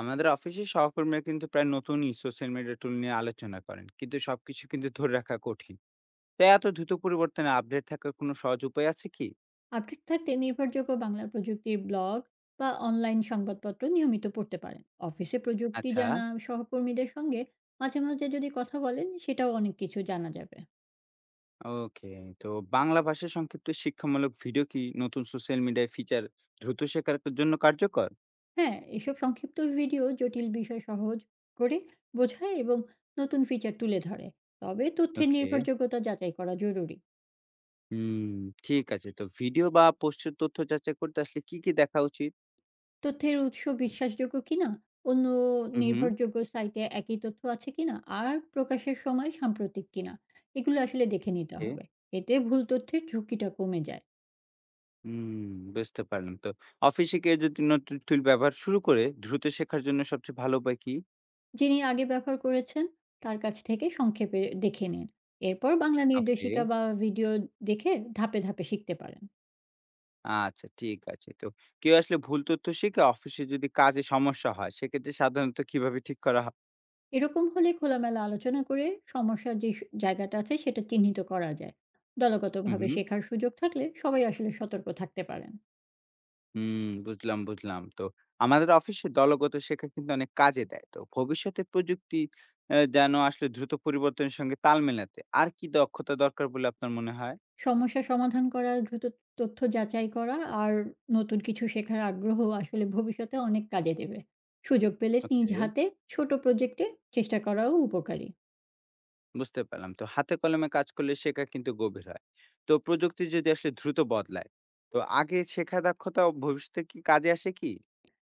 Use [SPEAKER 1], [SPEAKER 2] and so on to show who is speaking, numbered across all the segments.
[SPEAKER 1] আমাদের অফিসে সহকর্মীরা কিন্তু প্রায় নতুনই সোশ্যাল মিডিয়া টুল নিয়ে আলোচনা করেন, কিন্তু সবকিছু কিন্তু ধরে রাখা কঠিন। তো এত দ্রুত পরিবর্তনে আপডেট থাকার কোনো সহজ উপায় আছে কি?
[SPEAKER 2] আপডেট থাকতে নির্ভরযোগ্য বাংলা প্রযুক্তির ব্লগ বা অনলাইন সংবাদপত্র নিয়মিত পড়তে পারেন। অফিসে প্রযুক্তি
[SPEAKER 1] আচ্ছা।
[SPEAKER 2] জানা সহকর্মীদের সঙ্গে মাঝে মাঝে যদি কথা বলেন, সেটাও অনেক কিছু জানা যাবে।
[SPEAKER 1] ওকে। তো বাংলা ভাষায় সংক্ষিপ্ত শিক্ষামূলক ভিডিও কি নতুন সোশ্যাল মিডিয়ায় ফিচার দ্রুত শেখার জন্য কার্যকর?
[SPEAKER 2] হ্যাঁ, এসব সংক্ষিপ্ত ভিডিও জটিল বিষয় সহজ করে বোঝায় এবং নতুন ফিচার তুলে ধরে। তবে তথ্যের
[SPEAKER 1] ওকে।
[SPEAKER 2] নির্ভরযোগ্যতা যাচাই করা জরুরি।
[SPEAKER 1] হুম। ঠিক আছে। তো ভিডিও বা পোস্টের তথ্য যাচাই করতে আসলে কি কি দেখা উচিত?
[SPEAKER 2] তথ্যের উৎস বিশ্বাসযোগ্য কিনা, অন্য
[SPEAKER 1] হুম, হুম।
[SPEAKER 2] নির্ভরযোগ্য সাইটে একই তথ্য আছে কিনা, আর প্রকাশের সময় সাম্প্রতিক কিনা, এগুলো আসলে দেখে নিতে
[SPEAKER 1] okay,
[SPEAKER 2] হবে। এতে ভুল তথ্যের ঝুঁকিটা কমে যায়।
[SPEAKER 1] হুম। বুঝতে পারলাম। তো অফিসে কেউ যদি নতুন টুল ব্যবহার শুরু করে, দ্রুত শেখার জন্য সবচেয়ে ভালো উপায় কি?
[SPEAKER 2] যিনি আগে ব্যবহার করেছেন তার কাছ থেকে সংক্ষেপে দেখে নিন। এরপর বাংলা
[SPEAKER 1] ওকে।
[SPEAKER 2] নির্দেশিকা বা ভিডিও দেখে ধাপে ধাপে শিখতে পারেন।
[SPEAKER 1] আচ্ছা, ঠিক আছে। তো কেউ আসলে ভুল তথ্য শিখে অফিসে যদি কাজে সমস্যা হয়, সেক্ষেত্রে সাধারণত কিভাবে ঠিক করা হয়?
[SPEAKER 2] এরকম হলে খোলামেলা আলোচনা করে সমস্যার জায়গাটা আছে সেটা চিহ্নিত করা যায়।
[SPEAKER 1] হুম,
[SPEAKER 2] দলগতভাবে
[SPEAKER 1] হুম।
[SPEAKER 2] শেখার সুযোগ থাকলে সবাই আসলে সতর্ক থাকতে পারেন।
[SPEAKER 1] হুম, বুঝলাম, বুঝলাম। তো আমাদের অফিসে দলগত শেখা কিন্তু অনেক কাজে দেয়। তো ভবিষ্যতে প্রযুক্তি যেন আসলে দ্রুত পরিবর্তনের সঙ্গে তাল মেলাতে আর কি দক্ষতা দরকার বলে আপনার মনে হয়?
[SPEAKER 2] সমস্যা সমাধান করা, দ্রুত তথ্য যাচাই করা আর নতুন কিছু শেখার আগ্রহ আসলে ভবিষ্যতে অনেক কাজে দেবে। সুযোগ পেলে নিজ
[SPEAKER 1] ওকে,
[SPEAKER 2] হাতে ছোট প্রজেক্টে চেষ্টা করাও উপকারী।
[SPEAKER 1] বুঝতে পারলাম। তো হাতে কলমে কাজ করলে শেখা কিন্তু গভীর হয়। তো প্রযুক্তি যদি আসলে দ্রুত বদলায়, তো আগে শেখা দক্ষতা ভবিষ্যতে কি কাজে আসে কি?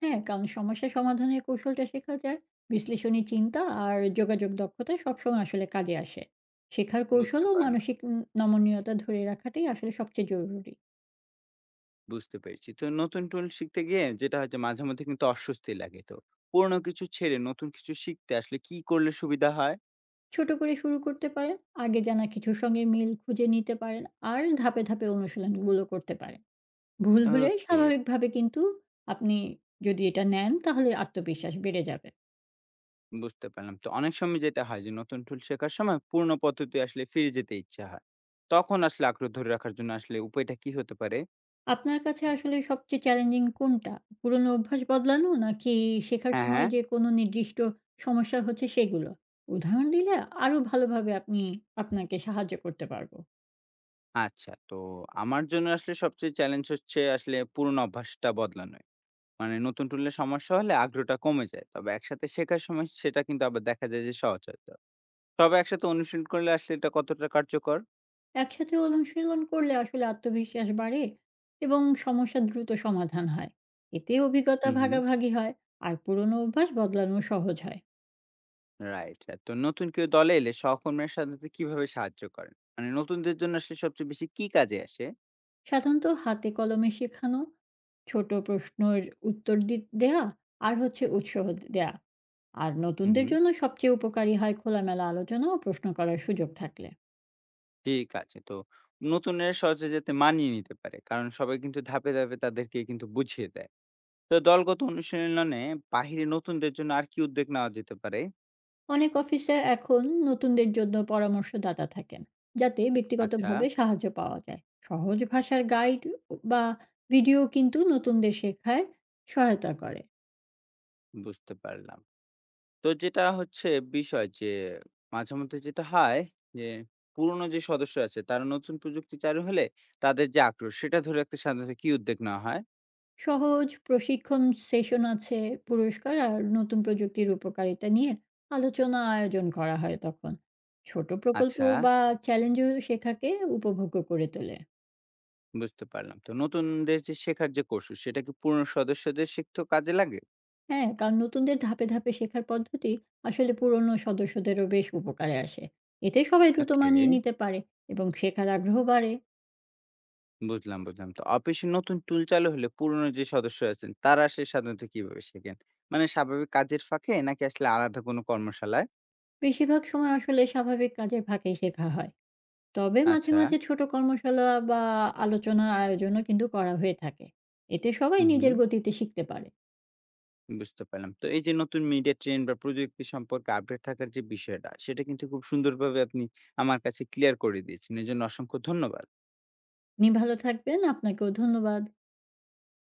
[SPEAKER 2] হ্যাঁ, কারণ সমস্যা সমাধানের কৌশলটা শেখা যায়। বিশ্লেষণী চিন্তা আর যোগাযোগ দক্ষতা সবসময় আসলে কাজে আসে। শেখার কৌশল
[SPEAKER 1] বুঝতে
[SPEAKER 2] ও
[SPEAKER 1] পারলাম।
[SPEAKER 2] মানসিক ন নমনীয়তা ধরে রাখাটাই আসলে সবচেয়ে জরুরি।
[SPEAKER 1] বুঝতে পেরেছি। তো নতুন টুল শিখতে গিয়ে যেটা হয় যে মাঝে মধ্যে কিন্তু অস্বস্তি লাগে তো। পুরনো কিছু ছেড়ে নতুন কিছু শিখতে আসলে কি করলে সুবিধা হয়?
[SPEAKER 2] ছোট করে শুরু করতে পারেন, আগে জানা কিছুর সঙ্গে মিল খুঁজে নিতে পারেন আর ধাপে, ধাপে অনুশীলনগুলো করতে পারেন। ভুল হলে
[SPEAKER 1] ওকে।
[SPEAKER 2] স্বাভাবিকভাবে কিন্তু আপনি যদি এটা নেন তাহলে আত্মবিশ্বাস বেড়ে যাবে।
[SPEAKER 1] বুঝতে পারলাম। তো অনেক সময় যেটা হয় যে নতুন টুল শেখার সময় পুরনো পদ্ধতি আসলে ফিরে যেতে ইচ্ছা হয়। তখন আসলে আগ্রহ ধরে রাখার জন্য আসলে উপায়টা কি হতে পারে?
[SPEAKER 2] আপনার কাছে আসলে সবচেয়ে চ্যালেঞ্জিং কোনটা? পুরনো অভ্যাস বদলানো নাকি শেখার
[SPEAKER 1] হ্যাঁ,
[SPEAKER 2] সময়
[SPEAKER 1] হ্যাঁ।
[SPEAKER 2] যে কোনো নির্দিষ্ট সমস্যা হচ্ছে সেগুলো? উদাহরণ দিলে আরো ভালোভাবে আপনাকে সাহায্য করতে পারব।
[SPEAKER 1] আচ্ছা। তো আমার জন্য আসলে সবচেয়ে চ্যালেঞ্জ হচ্ছে আসলে পুরনো অভ্যাসটা বদলানোই। মানে নতুন টুলের সমস্যা হলে আগ্রহটা কমে যায়। তবে একসাথে শেখার সময় সেটা কিন্তু আবার দেখা যায় যে সহজ হয় তো। সবাই একসাথে অনুশীলন করলে আসলে এটা কতটা কার্যকর?
[SPEAKER 2] একসাথে অনুশীলন করলে আসলে আত্মবিশ্বাস বাড়ে এবং সমস্যা দ্রুত সমাধান হয়। এতে অভিজ্ঞতা
[SPEAKER 1] হুম, হুম।
[SPEAKER 2] ভাগাভাগি হয় আর পুরনো অভ্যাস বদলানো সহজ হয়।
[SPEAKER 1] রাইট। তো নতুন কেউ দলে এলে সহকর্মীরা সাধারণত কিভাবে সাহায্য করেন? মানে নতুনদের জন্য আসলে সবচেয়ে বেশি কি কাজে আসে?
[SPEAKER 2] সাধারণত হাতে কলমে শেখানো, ছোট প্রশ্নের উত্তর দি দেয়া আর হচ্ছে উৎসাহ দেয়া। আর
[SPEAKER 1] হুম,
[SPEAKER 2] নতুনদের
[SPEAKER 1] হুম।
[SPEAKER 2] জন্য সবচেয়ে উপকারী হয় খোলামেলা আলোচনা ও প্রশ্ন করার সুযোগ থাকলে।
[SPEAKER 1] ঠিক আছে। তো নতুনরা সহজে যাতে মানিয়ে নিতে পারে। কারণ সবাই কিন্তু ধাপে, ধাপে তাদেরকে কিন্তু বুঝিয়ে দেয়। তো দলগত অনুশীলনে বাহিরে নতুনদের জন্য আর কি উদ্যোগ নেওয়া যেতে পারে?
[SPEAKER 2] অনেক অফিসে এখন নতুনদের জন্য পরামর্শদাতা থাকেন, যাতে
[SPEAKER 1] আচ্ছা,
[SPEAKER 2] ব্যক্তিগতভাবে সাহায্য পাওয়া যায়। সহজ ভাষার গাইড বা ভিডিও কিন্তু নতুনদের শেখায় সহায়তা করে।
[SPEAKER 1] বুঝতে পারলাম। তো যেটা হচ্ছে বিষয় যে, মাঝে মধ্যে যেটা হয় যে, পুরনো যে সদস্য আছে তারা নতুন প্রযুক্তি চালু হলে তাদের যে আগ্রহ সেটা ধরে রাখতে সাধারণত কি উদ্যোগ নেওয়া হয়?
[SPEAKER 2] সহজ প্রশিক্ষণ সেশন আছে, পুরস্কার আর নতুন প্রযুক্তির উপকারিতা নিয়ে আলোচনা আয়োজন করা হয় তখন। ছোট প্রকল্প
[SPEAKER 1] আচ্ছা,
[SPEAKER 2] বা চ্যালেঞ্জও শেখাকে উপভোগ্য করে তোলে।
[SPEAKER 1] বুঝতে পারলাম। তো নতুনদের যে শেখার যে কৌশল সেটা কি পুরনো সদস্যদের শিখতেও কাজে লাগে?
[SPEAKER 2] হ্যাঁ, কারণ নতুনদের ধাপে, ধাপে শেখার পদ্ধতি আসলে পুরনো সদস্যদেরও বেশ উপকারে আসে। এতে সবাই দ্রুত
[SPEAKER 1] ওকে,
[SPEAKER 2] মানিয়ে নিতে পারে এবং শেখার আগ্রহ বাড়ে।
[SPEAKER 1] বুঝলাম, বুঝলাম। তো অফিসে নতুন টুল চালু হলে পুরনো যে সদস্য আছেন তারা সে সাধারণত কিভাবে শেখেন? মানে স্বাভাবিক কাজের ফাঁকে নাকি আসলে আলাদা কোনো কর্মশালায়?
[SPEAKER 2] বেশিরভাগ সময় আসলে স্বাভাবিক কাজের ফাঁকেই শেখা হয়। তবে মাঝে,
[SPEAKER 1] আচ্ছা,
[SPEAKER 2] মাঝে ছোট কর্মশালা বা আলোচনার আয়োজনও কিন্তু করা হয়ে থাকে। এতে সবাই
[SPEAKER 1] হু, হু।
[SPEAKER 2] নিজের গতিতে শিখতে পারে।
[SPEAKER 1] বুঝতে পারলাম। তো এই যে নতুন মিডিয়া ট্রেন্ড বা প্রযুক্তি সম্পর্কে আপডেট থাকার যে বিষয়টা, সেটা কিন্তু খুব সুন্দরভাবে আপনি আমার কাছে ক্লিয়ার করে দিয়েছেন। এজন্য অসংখ্য ধন্যবাদ।
[SPEAKER 2] আপনি ভালো থাকবেন। আপনাকেও ধন্যবাদ।